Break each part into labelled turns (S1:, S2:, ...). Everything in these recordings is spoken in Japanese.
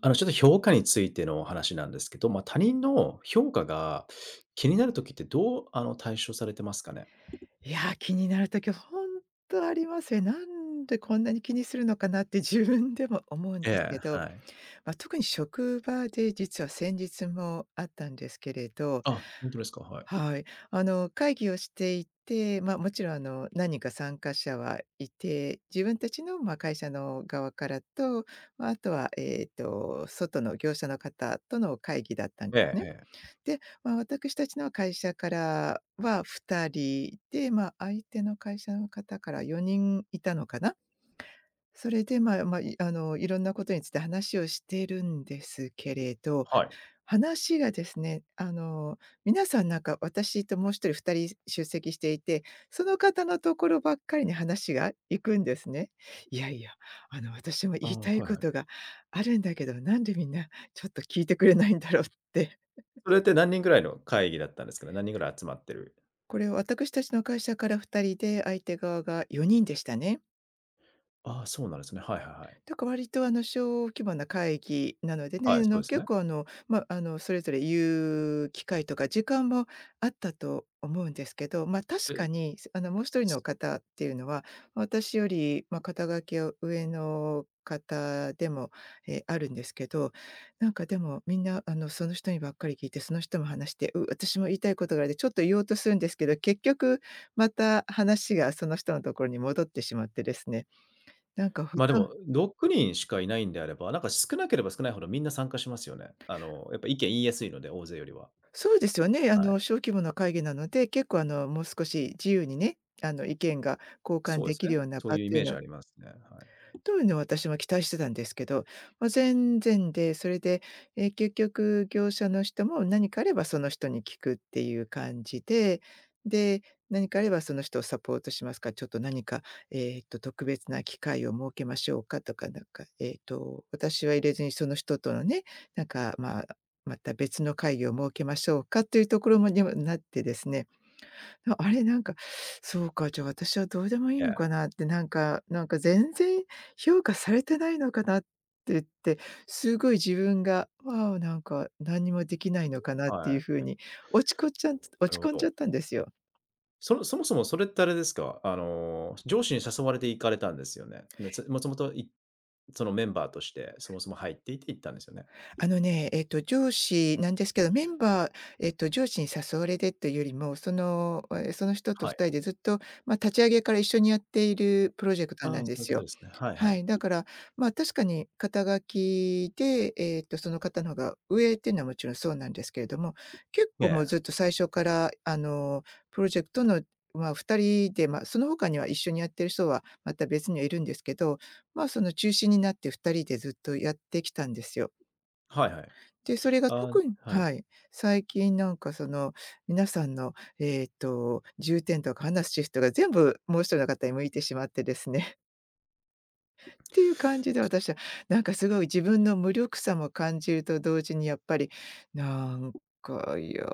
S1: ちょっと評価についてのお話なんですけど、他人の評価が気になるときってどう、対処されてますかね？
S2: いや、気になる時ほんとありますね。なんでこんなに気にするのかなって自分でも思うん
S1: え
S2: ですけ
S1: え、
S2: ど、
S1: はい。
S2: 特に職場で実は先日もあったんですけれど。
S1: あ、本当ですか？はい。
S2: はい。会議をしていて、もちろん何人か参加者はいて、自分たちの、会社の側からと、あとは、外の業者の方との会議だったん
S1: ええ
S2: ね。
S1: ええ。
S2: で、私たちの会社からは2人で、相手の会社の方から4人いたのかな。それで、まあまあ、いあの、いろんなことについて話をしているんですけれど、
S1: はい。
S2: 話がですね、皆さんなんか私ともう1人2人出席していて、その方のところばっかりに話が行くんですね。いやいや、私も
S1: あ
S2: 言い
S1: あ、
S2: たい
S1: はい
S2: こ
S1: は
S2: と
S1: い。
S2: があるんだけど、なんでみんなちょっと聞いてくれないんだろうって。
S1: それって何人ぐらいの会議だったんですかね？何人ぐらい集まってる。
S2: これは私たちの会社から2人で、相手側が4人でしたね。
S1: ああ、そうなんですね。はいはいはい。
S2: だから割と小規模な会議なので
S1: は
S2: ね、
S1: い、
S2: あ
S1: そう
S2: の
S1: です
S2: 結
S1: ね。
S2: 構あの、ま、あのそれぞれ言う機会とか時間もあったと思うんですけど、確か
S1: え、
S2: にもう一人の
S1: す
S2: 方っていうのは、私より、肩書きは上の方でも、あるんですけど、なんかでもみんなその人にばっかり聞いて、その人も話して、私も言いたいことがあるでちょっと言おうとするんですけど、結局また話がその人のところに戻ってしまってですね、なんかほと
S1: ま、でも6人しかいないんであれば、なんか少なければ少ないほどみんな参加しますよね。やっぱ意見言いやすいので、大勢よりは。
S2: そうですよね。
S1: はい。
S2: 小規模な会議なので、結構もう少し自由にね、意見が交換
S1: そうで
S2: で
S1: す
S2: き
S1: ね。
S2: るような
S1: そう
S2: 場っ
S1: いうイ
S2: てい
S1: メ
S2: う
S1: ージ
S2: の
S1: ありますね。はい。
S2: というのを私も期待してたんですけど、全然で、それで、結局業者の人も何かあればその人に聞くっていう感じで、で、何かあればその人をサポートしますかちょっと何か、特別な機会を設けましょうかとか、なんか、私は入れずにその人とのね、なんか、また別の会議を設けましょうかというところまでもなってですね。でもあれ、なんか、そうか、じゃあ私はどうでもいい
S1: え
S2: のか
S1: え。
S2: なって、なんか全然評価されてないのかなって言って、すごい自分が、わあ、なんか何にもできないのかなっていう
S1: は
S2: 風
S1: い。
S2: に
S1: な
S2: 落
S1: る
S2: ち
S1: ほ
S2: 込んじ
S1: ど。
S2: ゃったんですよ。
S1: そもそもそれってあれですか、上司に誘われて行かれたんですよね。で、もともと、そのメンバーとしてそもそも入っていて行ったんですよね。
S2: あのね、上司なんですけど、メンバーえっと、上司に誘われてというよりも、その、その人と
S1: はい。
S2: 2人でずっと、立ち上げから一緒にやっているプロジェクター
S1: あ
S2: な
S1: あ、
S2: ん
S1: そ
S2: で
S1: ういう
S2: す
S1: こと
S2: よ。
S1: ですね。はいは
S2: は
S1: い。
S2: い、だから、確かに肩書きで、その方の方が上っていうのはもちろんそうなんですけれども、結
S1: え
S2: 構もう
S1: え、
S2: ずっと最初から、プロジェクトの、2人で、その他には一緒にやってる人はまた別にはいるんですけど、その中心になって2人でずっとやってきたんですよ。
S1: はいはい。
S2: で、それが
S1: あ
S2: 特に
S1: あ、はい。
S2: はい、最近なんかその皆さんの、重点とか話すシフトが全部もう一人の方に向いてしまってですね、っていう感じで私はなんかすごい自分の無力さも感じると同時にやっぱり、なんか、いや、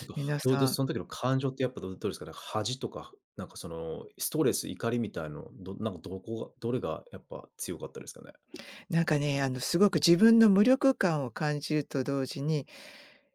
S1: なんか、
S2: 皆
S1: どうで
S2: さん、
S1: その時の感情ってやっぱどうですか？なんか恥とか、なんかそのストレス、怒りみたいの、なんかどこがどれがやっぱ強かったですかね？
S2: なんかね、すごく自分の無力感を感じると同時に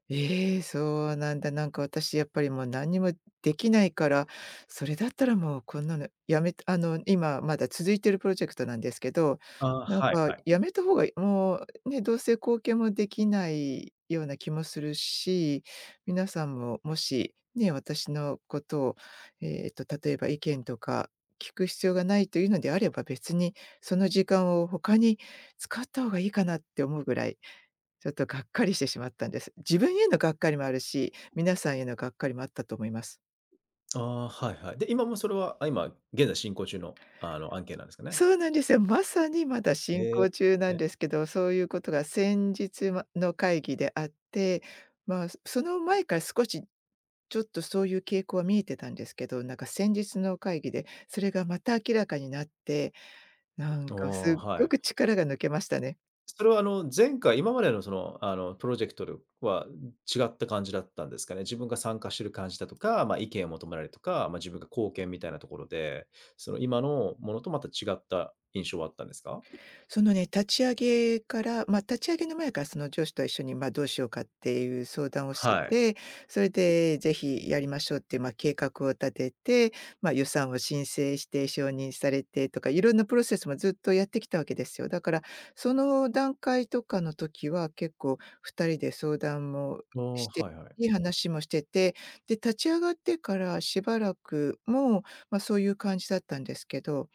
S2: ええ、そうなんだ。なんか私やっぱりもう何にもできないから、それだったらもうこんなのやめあの、今まだ続いてるプロジェクトなんですけど、
S1: ああ、
S2: なん
S1: はい
S2: か
S1: はい。
S2: やめた方がもうね、どうせ貢献もできないような気もするし、皆さんももしね、私のことを、例えば意見とか聞く必要がないというのであれば、別にその時間を他に使った方がいいかなって思うぐらいちょっとがっかりしてしまったんです。自分へのがっかりもあるし、皆さんへのがっかりもあったと思います。
S1: ああ、はいはい。で、今もそれは、あ、今現在進行中の、案件なんですかね？
S2: そうなんですよ。まさにまだ進
S1: ええ。
S2: 行中なんですけど、そういうことが先日の会議であって、その前から少しちょっとそういう傾向は見えてたんですけど、なんか先日の会議でそれがまた明らかになって、なん
S1: あ
S2: か
S1: あ、
S2: すっ
S1: は
S2: ご
S1: い。
S2: く力が抜けましたね。
S1: それはあの前回、今までのそのあのプロジェクトでは違った感じだったんですかね。自分が参加してる感じだとか、まあ、意見を求められるとか、まあ、自分が貢献みたいなところで、その今のものとまた違った印象はあったんですか？
S2: そのね、立ち上げから、立ち上げの前からその上司と一緒に、どうしようかっていう相談をして
S1: はい。
S2: て、それでぜひやりましょうっていう、計画を立てて、予算を申請して承認されてとか、いろんなプロセスもずっとやってきたわけですよ。だから、その段階とかの時は結構2人で相談も
S1: ああ、
S2: して、
S1: はいはい。
S2: いい話もしてて、で、立ち上がってからしばらくも、そういう感じだったんですけど、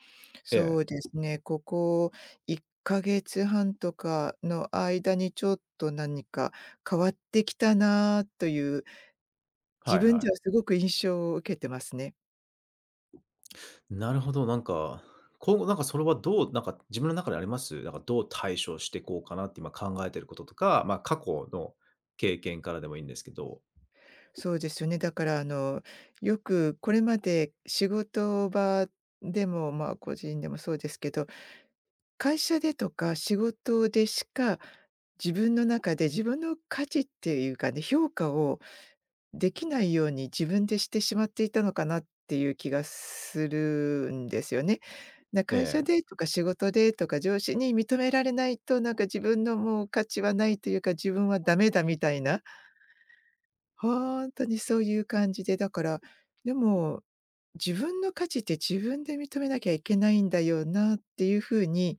S1: え
S2: そ
S1: え、
S2: うですね、ここ1ヶ月半とかの間にちょっと何か変わってきたなという、自
S1: はい
S2: 分
S1: は
S2: で
S1: い。
S2: はすごく印象を受けてますね。
S1: なるほど、なんか、今後なんかそれはどうなんか自分の中であります？なんかどう対処していこうかなって今考えてることとか、ま、過去の経験からでもいいんですけど。
S2: そうですよね。だからよくこれまで仕事場でも、個人でもそうですけど、会社でとか仕事でしか、自分の中で自分の価値っていうかね、評価をできないように自分でしてしまっていたのかなっていう気がするんですよね。
S1: え
S2: 会社
S1: え、
S2: でとか仕事でとか上司に認められないと、なんか自分のもう価値はないというか、自分はダメだみたいな、ほんとにそういう感じで、だから、でも、自分の価値って自分で認めなきゃいけないんだよなっていう風に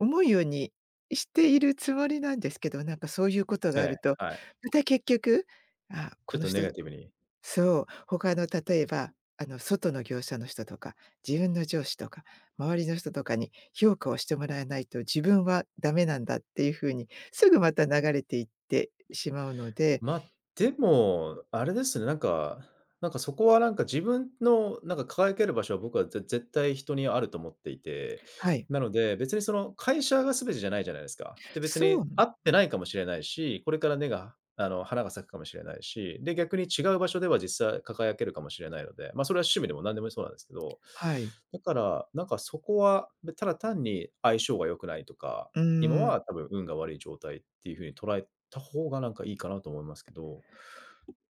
S2: 思うようにしているつもりなんですけど、なんかそういうこと
S1: え
S2: があ
S1: え、
S2: ると、
S1: はい。
S2: また結局、あ、
S1: ちょっ
S2: この
S1: とネ
S2: 人
S1: ガティブに。
S2: そう、他の例えば、外の業者の人とか、自分の上司とか、周りの人とかに評価をしてもらえないと自分はダメなんだっていう風に、すぐまた流れていってしまうので。
S1: まあ、でも、あれですね、なんかそこはなんか自分のなんか輝ける場所は僕は絶対人にあると思っていて、
S2: はい。
S1: なので、別にその会社が全てじゃないじゃないですか。で、別
S2: そ
S1: に
S2: う、
S1: 合ってないかもしれないし、これから根があの、花が咲くかもしれないし、で、逆に違う場所では実際輝けるかもしれないので、ま、それは趣味でも何でもそうなんですけど、
S2: はい。
S1: だから、なんかそこは、ただ単に相性が良くないとか、
S2: う
S1: 今
S2: ん、
S1: は多分運が悪い状態っていう風に捉えた方がなんかいいかなと思いますけど、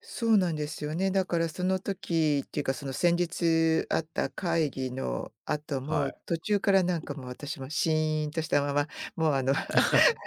S2: そうなんですよね。だからその時っていうか、その先日あった会議の後
S1: は
S2: も、
S1: い。
S2: 途中からなんかもう私もシーンとしたまま、もう
S1: は い。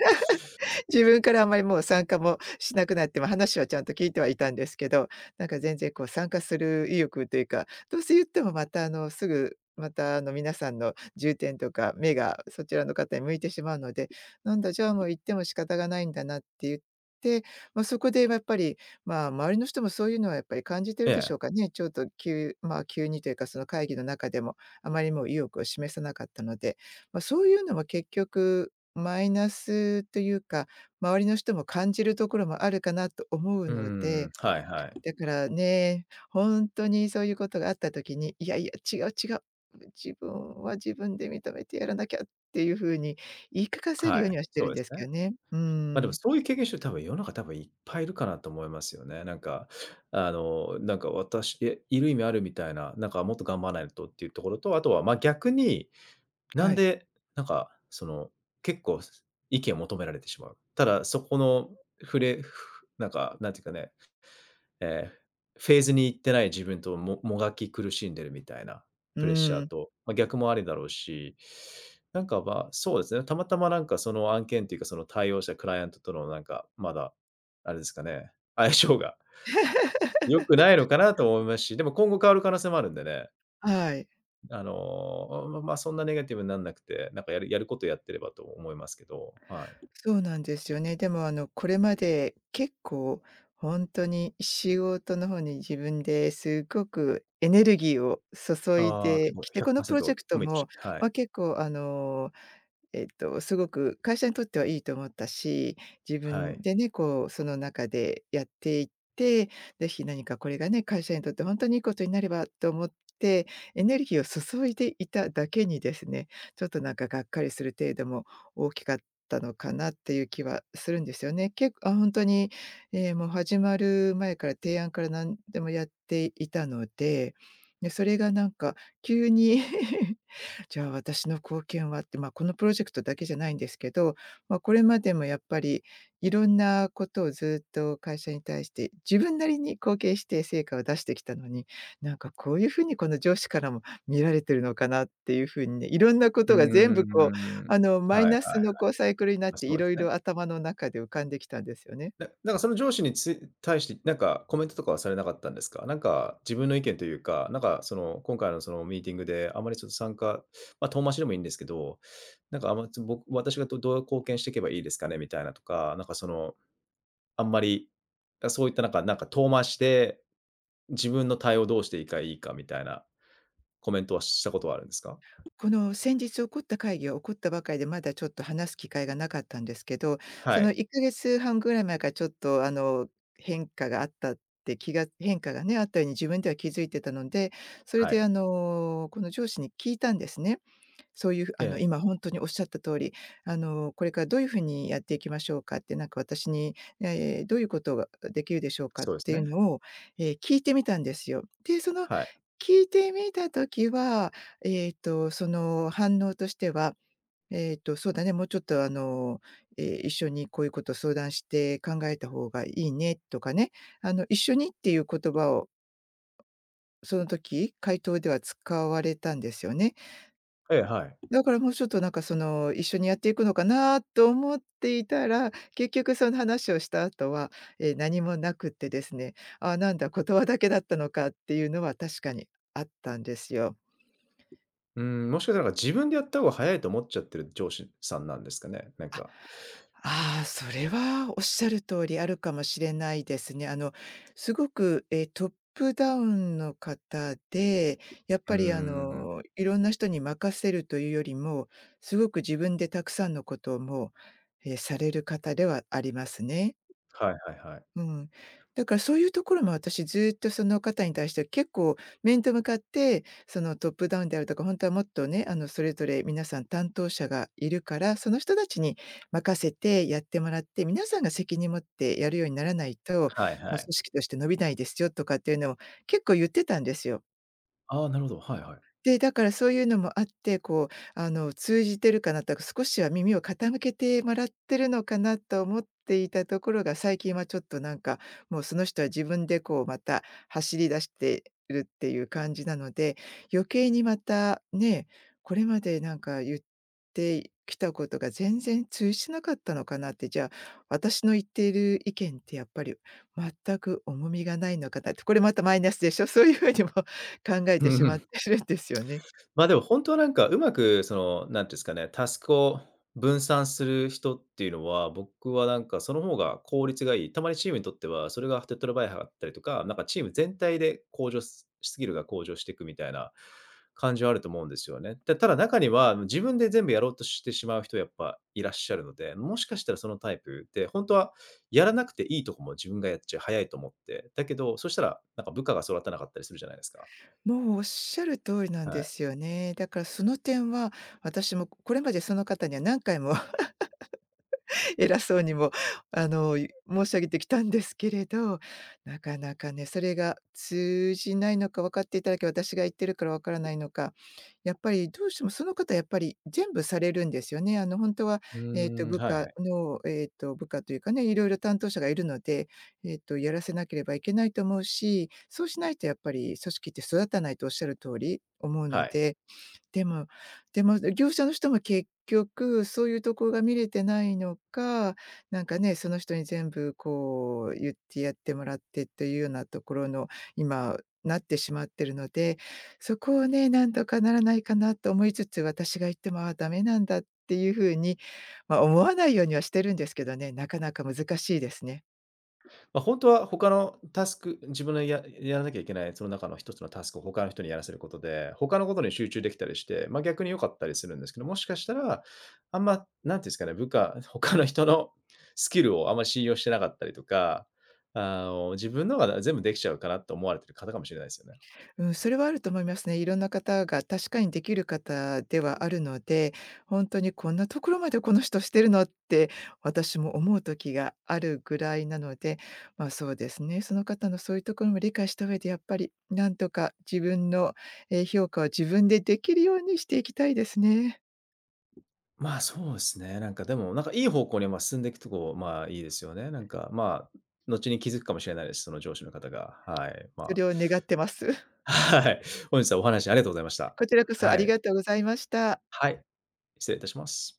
S2: 自分からあんまりもう参加もしなくなって、話はちゃんと聞いてはいたんですけど、なんか全然こう参加する意欲というか、どうせ言ってもまたすぐまた皆さんの重点とか目がそちらの方に向いてしまうので、なんだ、じゃあもう行っても仕方がないんだなって言って、そこでやっぱり、周りの人もそういうのはやっぱり感じて
S1: え
S2: るでし
S1: え。
S2: ょうかね。ちょっと急まあ、急にというかその会議の中でも、あまりもう意欲を示さなかったので、そういうのは結局マイナスというか、周りの人も感じるところもあるかなと思う
S1: うー
S2: ので、
S1: ん、はいはい。
S2: だからね、ほんとにそういうことがあった時に、いやいや、違う違う、自分は自分で認めてやらなきゃっていう風に言い聞かせる
S1: はい、
S2: ようにはして
S1: そう
S2: るん
S1: で
S2: で
S1: す
S2: すけ
S1: ね。
S2: どね。うー
S1: ま、でも
S2: ん、
S1: そういう経験してる多分世の中多分いっぱいいるかなと思いますよね。なんか、なんか私いる意味あるみたいな、なんかもっと頑張らないとっていうところと、あとは、ま、逆に、な
S2: は
S1: ん
S2: い。
S1: で、なんか、その、結構意見を求められてしまう。ただそこの、ふれふなんか、なんていうかね、えーフェーズに行ってない自分とももがき苦しんでるみたいな
S2: う
S1: プレッシャ
S2: ー
S1: ー
S2: ん、
S1: と、まあ、逆もありだろうし、なんか、ま、そうですね、たまたまなんかその案件というか、その対応したクライアントとのなんか、まだ、あれですかね、相性が 良くないのかなと思いますし、でも今後変わる可能性もあるんでね、
S2: はい。
S1: まあそんなネガティブになんなくて、なんかやることやってればと思いますけど、はい。
S2: そうなんですよね。でもこれまで結構ほんとに仕事の方に自分ですごくエネルギーを注い
S1: ああ、結
S2: で
S1: 構
S2: きて、このプロジェ
S1: 100%
S2: ク
S1: コ
S2: ト
S1: ミットして
S2: も、
S1: はい、
S2: 結構すごく会社にとってはいいと思ったし、自
S1: は
S2: 分
S1: い。
S2: でね、こう、その中でやっていって、ぜひ何かこれがね、会社にとって本当にいいことになればと思って、エネルギーを注いでいただけにですね、ちょっとなんかがっかりする程度も大きかったのかなっていう気はするんですよね。結構あ、本当に、もう始まる前から提案から何でもやっていたので、で、それがなんか急に じゃあ私の貢献はって、まあ、このプロジェクトだけじゃないんですけど、まあ、これまでもやっぱりいろんなことをずっと会社に対して自分なりに貢献して成果を出してきたのに、なんかこういうふうにこの上司からも見られてるのかなっていうふうにね、いろんなこ
S1: う
S2: とが全部こう、
S1: ーん、はい
S2: マイ
S1: はいはい。
S2: ナスのこうサイクルになっ
S1: ま、
S2: て
S1: そ
S2: い
S1: うで
S2: ろ
S1: す
S2: い
S1: ね。
S2: ろ頭の中で浮かんできたんですよね。
S1: なんかその上司に対して、なんかコメントとかはされなかったんですか？なんか自分の意見というか、なんかその今回のそのミーティングであまりちょっと参加、ま、遠回しでもいいんですけど、私がどう貢献していけばいいですかねみたいなとか、なんかその、あんまり、あ、そういったなんか遠回しで、自分の対応どうしていいかみたいなコメントはしたことはあるんですか？
S2: この先日起こった会議は起こったばかりで、まだちょっと話す機会がなかったんですけど、
S1: は
S2: そ
S1: い、
S2: の1ヶ月半ぐらい前からちょっとあの、変化があったって気が変化がね、あったように自分では気づいてたので、それ
S1: は
S2: で
S1: い。
S2: この上司に聞いたんですね。そういうふ
S1: え
S2: あの、
S1: え、
S2: 今本当におっしゃった通り、これからどういうふうにやっていきましょうかって、なんか私に、どういうことができるでしょうかっ
S1: そうです
S2: ていう
S1: ね。
S2: のを、聞いてみたんですよ。で、その
S1: はい。
S2: 聞いてみた時は、その反応としては、そうだね、もうちょっと一緒にこういうことを相談して考えた方がいいねとかね、あの、一緒にっていう言葉をその時、回答では使われたんですよね。
S1: ええ、はい。
S2: だからもうちょっとなんかその、一緒にやっていくのかなと思っていたら、結局その話をした後は、え、何もなくってですね、ああ、なんだ、言葉だけだったのかっていうのは確かにあったんですよ。
S1: うん、もしかしたらなんか自分でやった方が早いと思っちゃってる上司さんなんですかね？なんか。
S2: ああ、それはおっしゃる通りあるかもしれないですね。すごく、え、トップダウンの方で、やっ
S1: う
S2: ぱり
S1: ーん。
S2: いろんな人に任せるというよりも、すごく自分でたくさんのことをもう、え、される方ではありますね。
S1: はいはいはい。
S2: うん。だからそういうところも私ずっとその方に対しては結構面と向かって、そのトップダウンであるとか、本当はもっとね、あのそれぞれ皆さん担当者がいるから、その人たちに任せてやってもらって、皆さんが責任持ってやるようにならないと、
S1: はい
S2: ま
S1: は
S2: あ、
S1: い。
S2: 組織として伸びないですよとかっていうのを結構言ってたんですよ。
S1: ああ、なるほど。はいはい。
S2: で、だからそういうのもあって、こう、あの、通じてるかなと、少しは耳を傾けてもらってるのかなと思っていたところが、最近はちょっとなんか、もうその人は自分でこう、また走り出してるっていう感じなので、余計にまたね、これまでなんか言ってきたことが全然通じなかったのかなって、じゃあ、私の言っている意見ってやっぱり全く重みがないのかなって、これまたマイナスでしょ、そういうふうにも考えてしまってるんですよね。
S1: ま、あでも本当はなんかうまくその、なんていうんですかね、タスクを分散する人っていうのは、僕はなんかその方が効率がいい。たまにチームにとっては、それが手っ取り早かったりとか、なんかチーム全体で向上すスキルが向上していくみたいな感じはあると思うんですよね。で、ただ中には、自分で全部やろうとしてしまう人やっぱいらっしゃるので、もしかしたらそのタイプで、本当はやらなくていいとこも自分がやっちゃう、早いと思って。だけど、そしたらなんか部下が育たなかったりするじゃないですか。
S2: もうおっしゃる通りなん
S1: は
S2: で
S1: い。
S2: すよね。だからその点は、私もこれまでその方には何回も偉そうにも、申し上げてきたんですけれど、なかなかね、それが通じないのか分かっていただけ、私が言ってるから分からないのか、やっぱりどうしてもその方やっぱり全部されるんですよね。あの、本当は、
S1: うーん、
S2: 部
S1: はいは
S2: 下
S1: い。
S2: の、部下というかね、いろいろ担当者がいるので、やらせなければいけないと思うし、そうしないとやっぱり組織って育たないとおっしゃる通り思うの
S1: はい。
S2: ででもでも、業者の人も結局そういうとこが見れてないのか、なんかね、その人に全部こう言ってやってもらってというようなところの、今なってしまってるので、そこをね、なんとかならないかなと思いつつ、私が言っても、ああ、ダメなんだっていうふうに、まあ、思わないようにはしてるんですけどね、なかなか難しいですね。
S1: ま、あ本当は他のタスク、自分のやらなきゃいけないその中の一つのタスクを他の人にやらせることで、他のことに集中できたりして、まあ、逆に良かったりするんですけど、もしかしたら、なんていうんですかね、他の人のスキルをあんま信用してなかったりとか、自分のが全部できちゃうかなと思われてる方かもしれないですよね。
S2: うん、それはあると思いますね。いろんな方が確かにできる方ではあるので、本当にこんなところまでこの人してるのって私も思う時があるぐらいなので、ま、そうですね、その方のそういうところも理解した上でやっぱりなんとか自分の、え、評価を自分でできるようにしていきたいですね。
S1: まあ、そうですね。なんかでも、なんかいい方向に、ま、進んでいくとこ、まあ、いいですよね。なんか、まあ、後に気づくかもしれないです。その上司の方が、はい。ま
S2: そ
S1: あ
S2: れを願ってます。
S1: はい。本日はお話ありがとうございました。
S2: こちらこそ
S1: は
S2: あり
S1: い。
S2: がとうございました。
S1: はい、失礼いたします。